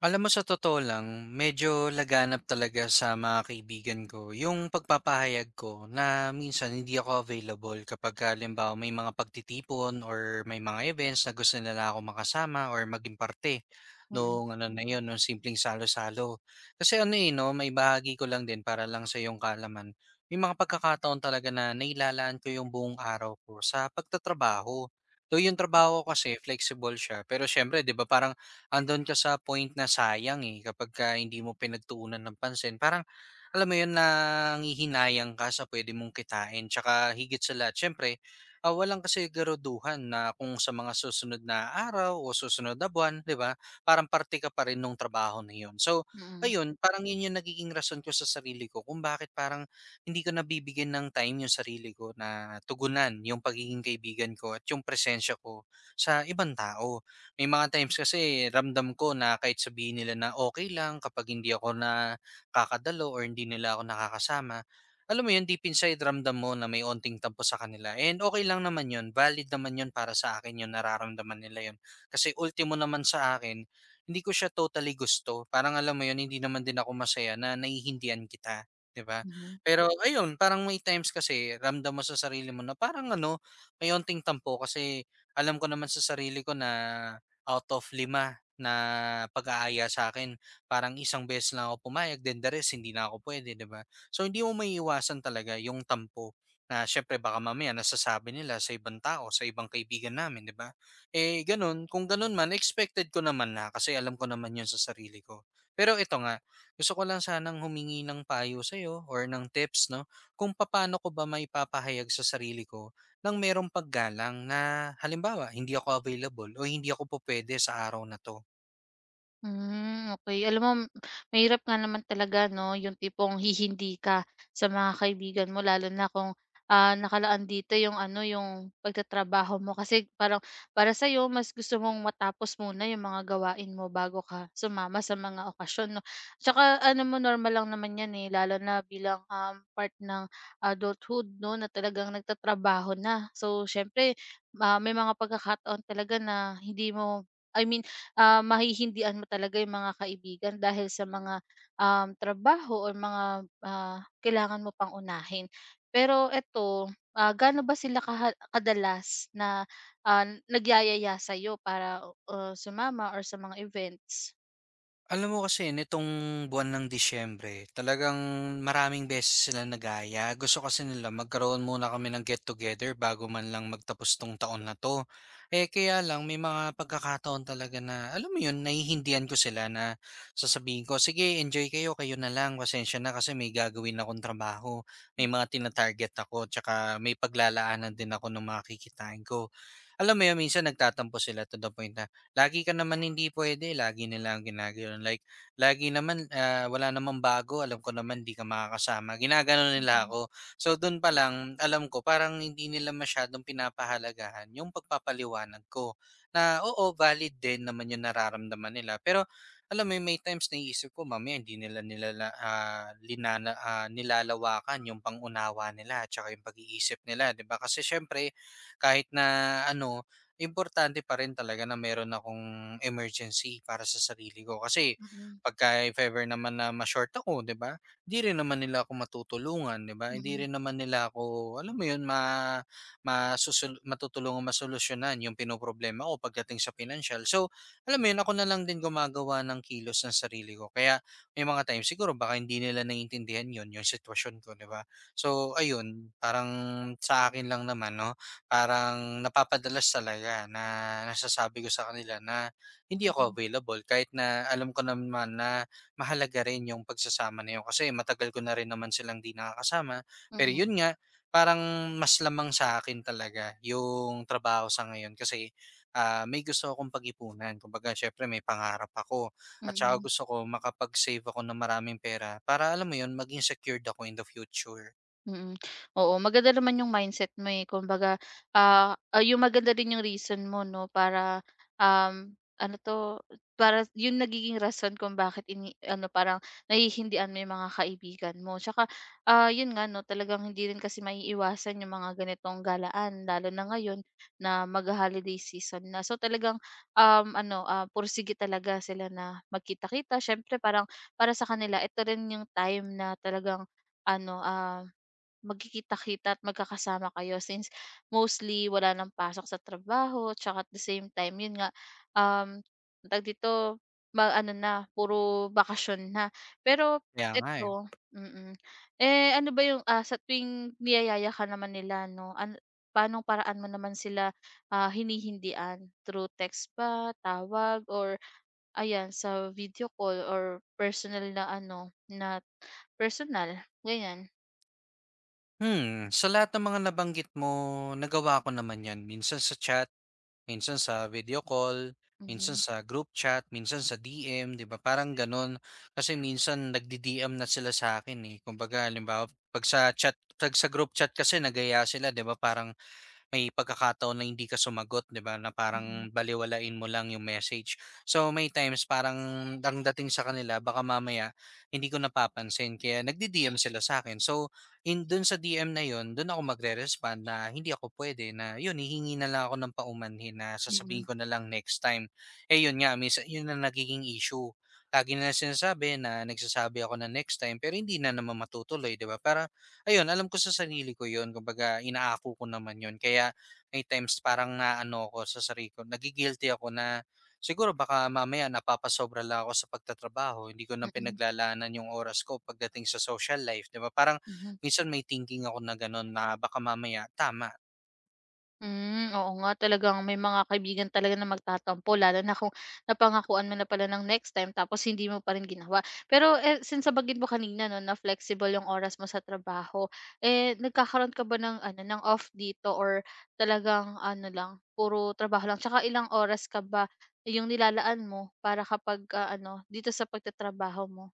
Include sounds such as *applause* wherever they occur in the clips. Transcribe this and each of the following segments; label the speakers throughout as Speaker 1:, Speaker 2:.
Speaker 1: Alam mo sa totoo lang, medyo laganap talaga sa mga kaibigan ko yung pagpapahayag ko na minsan hindi ako available kapag halimbawa may mga pagtitipon or may mga events na gusto nila ako makasama or maging parte
Speaker 2: Mm.
Speaker 1: nung ano na yun, nung simpleng salo-salo. Kasi ano eh, no, may bahagi ko lang din para lang sa iyong kalaman. May mga pagkakataon talaga na nailalaan ko yung buong araw ko sa pagtatrabaho. Though yung trabaho ko kasi flexible siya, pero syempre, 'di ba, parang andon ka sa point na sayang, eh, kapagka hindi mo pinagtuunan ng pansin. Parang alam mo yun, nanghihinayang ka sa puwede mong kitain tsaka higit sa lahat siyempre, walang kasiguruduhan na kung sa mga susunod na araw o susunod na buwan, 'di ba, parang parte ka pa rin nung trabaho na yun. So,
Speaker 2: Mm.
Speaker 1: ayun, parang yun yung nagiging rason ko sa sarili ko kung bakit parang hindi ko nabibigyan ng time yung sarili ko na tugunan yung pagiging kaibigan ko at yung presensya ko sa ibang tao. May mga times kasi ramdam ko na kahit sabihin nila na okay lang kapag hindi ako na kakadalo or hindi nila ako nakakasama, alam mo yun, deep inside ramdam mo na may onting tampo sa kanila and okay lang naman yun, valid naman yun para sa akin yun, nararamdaman nila yun. Kasi ultimo naman sa akin, hindi ko siya totally gusto, parang alam mo yun, hindi naman din ako masaya na naiintindihan kita, 'di ba?
Speaker 2: Mhm.
Speaker 1: Pero ayun, parang may times kasi ramdam mo sa sarili mo na parang ano, may onting tampo kasi alam ko naman sa sarili ko na out of lima na pag-aaya sa akin, parang isang beses lang ako pumayag then the rest hindi na ako puwede, 'di ba? So, hindi mo maiiwasan talaga yung tampo na siyempre baka mamaya nasasabi nila sa ibang tao, sa ibang kaibigan namin, 'di ba? Eh, gano'n, kung gano'n man expected ko naman na kasi alam ko naman yun sa sarili ko. Pero ito nga, gusto ko lang sanang humingi ng payo sa'yo or ng tips 'no, kung paano ko ba maipapahayag sa sarili ko nang merong paggalang na halimbawa hindi ako available o hindi ako pupwede sa araw na 'to.
Speaker 2: Hmm, okay. Alam mo, mahirap nga naman talaga 'no, yung tipong hihindi ka sa mga kaibigan mo, lalo na kung, nakalaan dito yung ano, yung pagtatrabaho mo, kasi parang para sa sa'yo mas gusto mong matapos muna yung mga gawain mo bago ka sumama sa mga okasyon 'no. Tsaka ano mo, normal lang naman 'yan, eh, lalo na bilang, part ng adulthood 'no, na talagang nagtatrabaho na. So siyempre, may mga pagkakataon talaga na hindi mo, I mean, mahihindian mo talaga yung mga kaibigan dahil sa mga, trabaho o mga, kailangan mo pang unahin. Pero eto, gaano ba sila kadalas na, nagyayaya sa'yo para, sumama or sa mga events?
Speaker 1: Alam mo kasi nitong buwan ng Disyembre talagang maraming beses silang nagaya. Gusto kasi nila magkaroon muna kami ng get together bago man lang magtapos 'tong taon na 'to. Eh, kaya lang may mga pagkakataon talaga na alam mo 'yun, naiintindihan ko sila na sasabihin ko, "Sige enjoy kayo, kayo na lang. Pasensya na kasi may gagawin akong trabaho, may mga tina-target ako 'tsaka may paglalaanan din ako ng mga kikitain ko." Alam mo yun, minsan nagtatampo sila to the point na, "Lagi ka naman hindi puwede." Lagi nila ang ginaganon. Like, "Lagi naman, wala namang bago. Alam ko naman hindi ka makakasama." Ginagano nila
Speaker 2: Mm,
Speaker 1: ako. So, dun pa lang alam ko parang hindi nila masyadong pinapahalagahan yung pagpapaliwanag ko na, oo, valid din naman yung nararamdaman nila. Pero alam mo yun, may times naiisip ko mamaya hindi nila nilalawakan yung pangunawa nila at tsaka yung pag-iisip nila, 'di ba? Kasi siyempre kahit na ano, importante pa rin talaga na meron akong emergency para sa sarili ko. Kasi
Speaker 2: mm,
Speaker 1: pagka if ever naman na ma-short ako, 'di ba? Hindi rin naman nila ako matutulungan, 'di ba? Hindi
Speaker 2: mm,
Speaker 1: rin naman nila ako, alam mo 'yun, matutulungan masolusyonan yung pinoproblema ko pagdating sa financial. So, alam mo 'yun, ako na lang din gumagawa ng kilos ng sarili ko. Kaya may mga times siguro baka hindi nila naiintindihan 'yun, yung sitwasyon ko, 'di ba? So, ayun, parang sa akin lang naman, no? Parang napapadalas talaga na nasasabi ko sa kanila na hindi ako
Speaker 2: mm,
Speaker 1: available kahit na alam ko naman na mahalaga rin yung pagsasama na yun kasi matagal ko na rin naman silang di nakakasama.
Speaker 2: mm,
Speaker 1: Pero
Speaker 2: mm.
Speaker 1: yun nga, parang mas lamang sa akin talaga yung trabaho sa ngayon kasi may gusto akong pag-ipunan. Kumbaga, syempre may pangarap ako at saka
Speaker 2: Mm,
Speaker 1: gusto ko makapag-save ako ng maraming pera para alam mo yun, maging secured ako in the future.
Speaker 2: mm. Oo, maganda naman yung mindset mo, eh. Kumbaga, yung maganda din yung reason mo 'no, para, ano 'to, para yung nagiging rason kung bakit ano, parang nahihindian mo yung mga kaibigan mo. Tsaka, yun nga 'no, talagang hindi rin kasi maiiwasan yung mga ganitong galaan lalo na ngayon na magho-holiday season na. So, talagang, ano, pursige talaga sila na magkita-kita. Siyempre parang para sa kanila ito rin yung time na talagang ano, magkikita-kita at magkakasama kayo, since mostly wala ng pasok sa trabaho tsaka at the same time yun nga, um, tawag dito, ma-ano na puro bakasyon na. Pero
Speaker 1: Kaya nga eh.
Speaker 2: eto. Mm. Eh, ano ba yung, sa tuwing niyayaya ka naman nila 'no, ano paanong paraan mo naman sila, hinihindian? Through text ba, tawag, or ayan sa video call or personal na ano, na personal, ganyan?
Speaker 1: Sa lahat ng mga nabanggit mo, nagawa ko naman 'yan. Minsan sa chat, minsan sa video call, minsan
Speaker 2: Mhm,
Speaker 1: sa group chat, minsan sa DM, 'di ba? Parang gano'n. Kasi minsan nagdi-DM na sila sa'kin, eh. Kumbaga halimbawa 'pag sa chat 'pag sa group chat kasi nagaya sila, 'di ba? Parang may pagkakataon na hindi ka sumagot, 'di ba, na
Speaker 2: mm,
Speaker 1: parang balewalain mo lang yung message. So, may times parang ang dating sa kanila baka mamaya hindi ko napapansin kaya nagdi-DM sila sa akin. So, in dun sa DM na yun, dun ako magre-respond na hindi ako pwede na yun, hihingi na lang ako ng paumanhin na
Speaker 2: mm,
Speaker 1: sasabihin ko na lang next time. Eh, yun nga minsan yun na nagiging issue. Lagi na sinasabi na nagsasabi ako na next time pero hindi na naman matutuloy, 'di ba? Para ayun, alam ko sa sarili ko 'yun, kumbaga inaako ko naman 'yun. Kaya may times parang naano ako sa sarili ko, nagigilty ako na siguro baka mamaya napapasobra lang ako sa pagtatrabaho, hindi ko na
Speaker 2: mm,
Speaker 1: pinaglalaanan yung oras ko pagdating sa social life, 'di ba? Parang
Speaker 2: mhm.
Speaker 1: minsan may thinking ako na gano'n na baka mamaya tama.
Speaker 2: Hmm, oo nga, talagang may mga kaibigan talaga na magtatampo lalo na kung napangakuan mo na pala ng next time tapos hindi mo pa rin ginawa. Pero, eh, since nabanggit mo kanina 'no na flexible yung oras mo sa trabaho, eh, nagkakaroon ka ba ng ano, ng off dito or talagang ano lang, puro trabaho lang? Tsaka ilang oras ka ba yung nilalaan mo para kapag, ano, dito sa pagtatrabaho mo?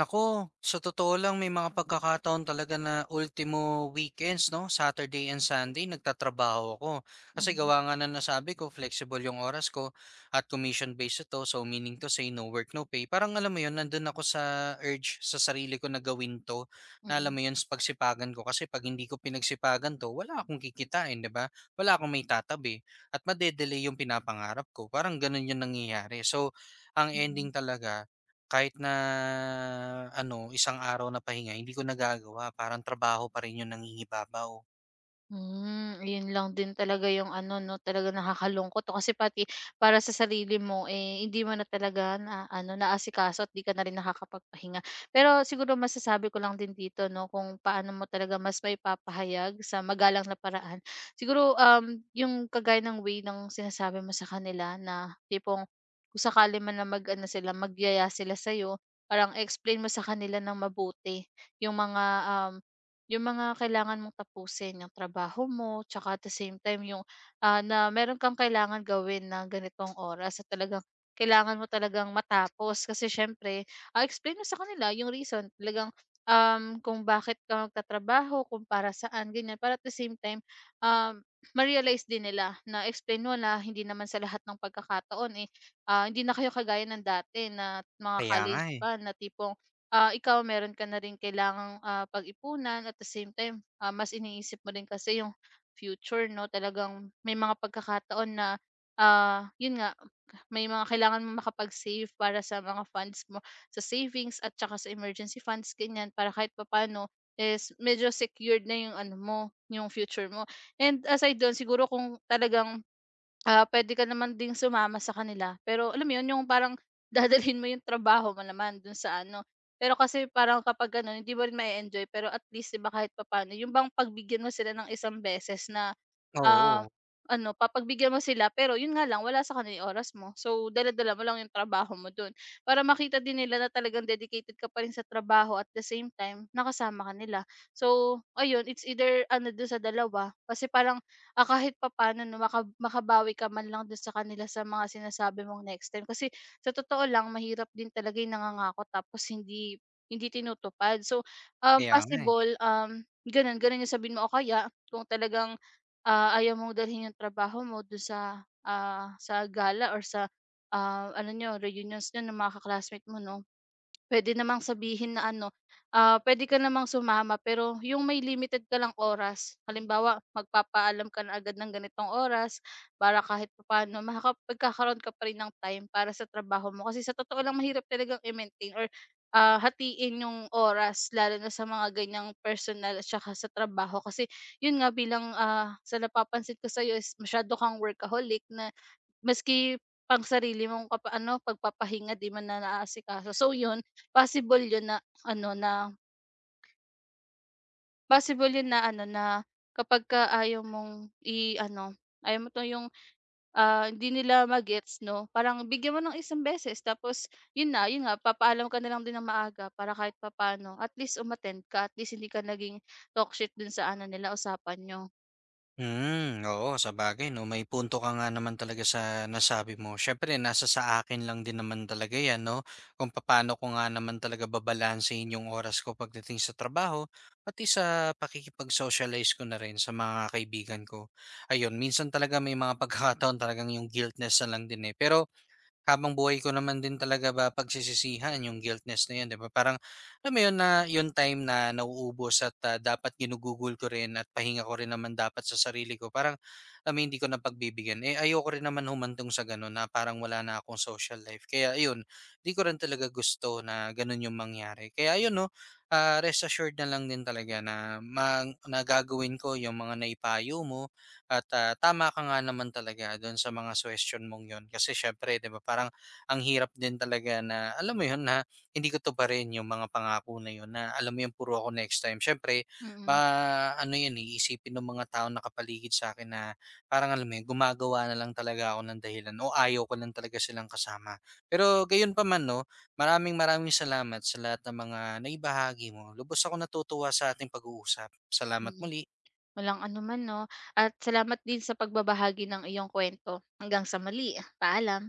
Speaker 1: Nako, sa totoo lang may mga pagkakataon talaga na ultimo weekends 'no, Saturday and Sunday nagtatrabaho ako. Kasi
Speaker 2: Mhm.
Speaker 1: gawa nga ng nasabi ko flexible yung oras ko at commission based ito, so meaning to say no work, no pay. Parang alam mo yun, nandun ako sa urge sa sarili ko na gawin 'to, na
Speaker 2: Mm.
Speaker 1: alam mo yun pagsipagan ko kasi 'pag hindi ko pinagsipagan 'to wala akong kikitain, 'di ba? Wala akong maitatabi at madedelay yung pinapangarap ko, parang ganun yung nangyayari. So, ang
Speaker 2: Mm.
Speaker 1: ending talaga kahit na ano, isang araw na pahinga hindi ko nagagawa parang trabaho pa rin yung nangingibabaw.
Speaker 2: Hmm, yun lang din talaga yung ano 'no, talagang nakakalungkot 'no, kasi pati para sa sarili mo, eh, hindi mo na talaga na ano, naasikaso at 'di ka na rin nakakapagpahinga. Pero siguro masasabi ko lang din dito 'no, kung paano mo talaga mas maipapahayag sa magalang na paraan. Siguro, yung kagaya ng way ng sinasabi mo sa kanila na tipong kung sakali man na mag ano sila, magyaya sila sa'yo, parang explain mo sa kanila ng mabuti yung mga, um yung mga kailangan mong tapusin, yung trabaho mo, tsaka at the same time yung, na meron kang kailangan gawin na ganitong oras at talagang kailangan mo talagang matapos. Kasi siyempre, explain mo sa kanila yung reason talagang, kung bakit ka magtatrabaho, kung para saan, ganyan. Para at the same time, um, ma-realize din nila na explain mo na hindi naman sa lahat ng pagkakataon, eh, hindi na kayo kagaya ng dati na mga
Speaker 1: Kaya nga
Speaker 2: college
Speaker 1: eh.
Speaker 2: pa na tipong Ah, ikaw meron ka na rin kailangang, pag-ipunan at the same time, mas iniisip mo rin kasi yung future 'no, talagang may mga pagkakataon na, yun nga, may mga kailangan mo makapag-save para sa mga funds mo, sa savings at tsaka sa emergency funds ganyan para kahit papaano is medyo secured na yung ano mo, yung future mo. And aside dun siguro, kung talagang, ah, puwede ka naman ding sumama sa kanila, pero alam mo 'yun, yung parang *laughs* dadalhin mo yung trabaho mo naman do'n sa ano. Pero kasi parang kapag gano'n hindi mo rin may enjoy, pero at least 'di ba kahit papaano yung bang pagbigyan mo sila ng isang beses na, ah,
Speaker 1: Oo,
Speaker 2: ano, papagbigyan mo sila pero 'yun nga lang wala sa kanila yung oras mo. So dala-dala mo lang yung trabaho mo dun, para makita din nila na talagang dedicated ka pa rin sa trabaho at the same time nakasama ka nila. So ayun, it's either ano do'n sa dalawa, kasi parang, kahit papaano 'no makabawi ka man lang dun sa kanila sa mga sinasabi mong next time. Kasi sa totoo lang mahirap din talaga yung nangangako tapos hindi hindi tinutupad. So,
Speaker 1: kaya nga eh.
Speaker 2: possible, ganun ganun yung sabihin mo, o kaya kung talagang, ayaw mong dalhin yung trabaho mo dun sa, sa gala or sa, ano niyo, reunions niyo ng mga mo 'no, puwede namang sabihin na ano, puwede ka namang sumama pero yung may limited ka lang oras. Halimbawa, magpapaalam ka na agad ng ganitong oras para kahit papaano magkakaroon ka pa rin ng time para sa trabaho mo. Kasi sa totoo lang mahirap talagang i-maintain or, hatiin yung oras lalo na sa mga ganiyang personal at saka sa trabaho. Kasi yun nga bilang, sa napapansin ko sa'yo is masyado kang workaholic na. Maski pang sarili mong ano, pagpapahinga 'di man na naaasikaso. So 'yun, possible 'yun na ano, na possible 'yun na ano, na kapag ka ayaw mong i-ano, ayaw mo 'to yung, hindi nila ma 'no, parang bigyan mo ng isang beses tapos 'yun na, 'yun nga papaalam ka na lang din ng maaga para kahit papaano at least umattend ka, at least hindi ka naging talk shit dun sa ano nila, usapan niyo.
Speaker 1: Oo, sabagay 'no, may punto ka nga naman talaga sa nasabi mo. Siyempre nasa sa akin lang din naman talaga 'yan 'no, kung papaano ko nga naman talaga babalansehin yung oras ko pagdating sa trabaho, pati sa pakikipag-socialize ko na rin sa mga kaibigan ko. Ayun, minsan talaga may mga pagkakataon talagang yung guiltness na lang din eh, pero habang buhay ko naman din talaga ba pagsisisihan yung guiltness na yun, 'di ba? Parang alam mo yun na yung time na nauubos at, dapat ginugugol ko rin at pahinga ko rin naman dapat sa sarili ko. Parang alam mo hindi ko na pagbibigyan. Eh, ayoko rin naman humantong sa gano'n na parang wala na akong social life. Kaya ayun, 'di ko rin talaga gusto na gano'n yung mangyari. Kaya ayun 'no, rest assured na lang din talaga na na gagawin ko yung mga naipayo mo at, tama ka nga naman talaga do'n sa mga suhestiyon mong 'yon kasi siyempre 'di ba parang ang hirap din talaga na alam mo 'yon na hindi ko tuparin yung mga pangako na 'yon na alam mo 'yon puro ako next time. Siyempre
Speaker 2: Mm.
Speaker 1: ma-ano yun eh, iisipin ng mga tao na taong sa akin na parang alam mo 'yon gumagawa na lang talaga ako ng dahilan o ayaw ko lang talaga silang kasama. Pero gayunpaman 'no, maraming maraming salamat sa lahat ng mga naibahagi mo. Lubos akong natutuwa sa ating pag-uusap. Salamat
Speaker 2: Mm.
Speaker 1: muli.
Speaker 2: Walang anuman 'no, at salamat din sa pagbabahagi ng iyong kwento. Hanggang sa muli, paalam.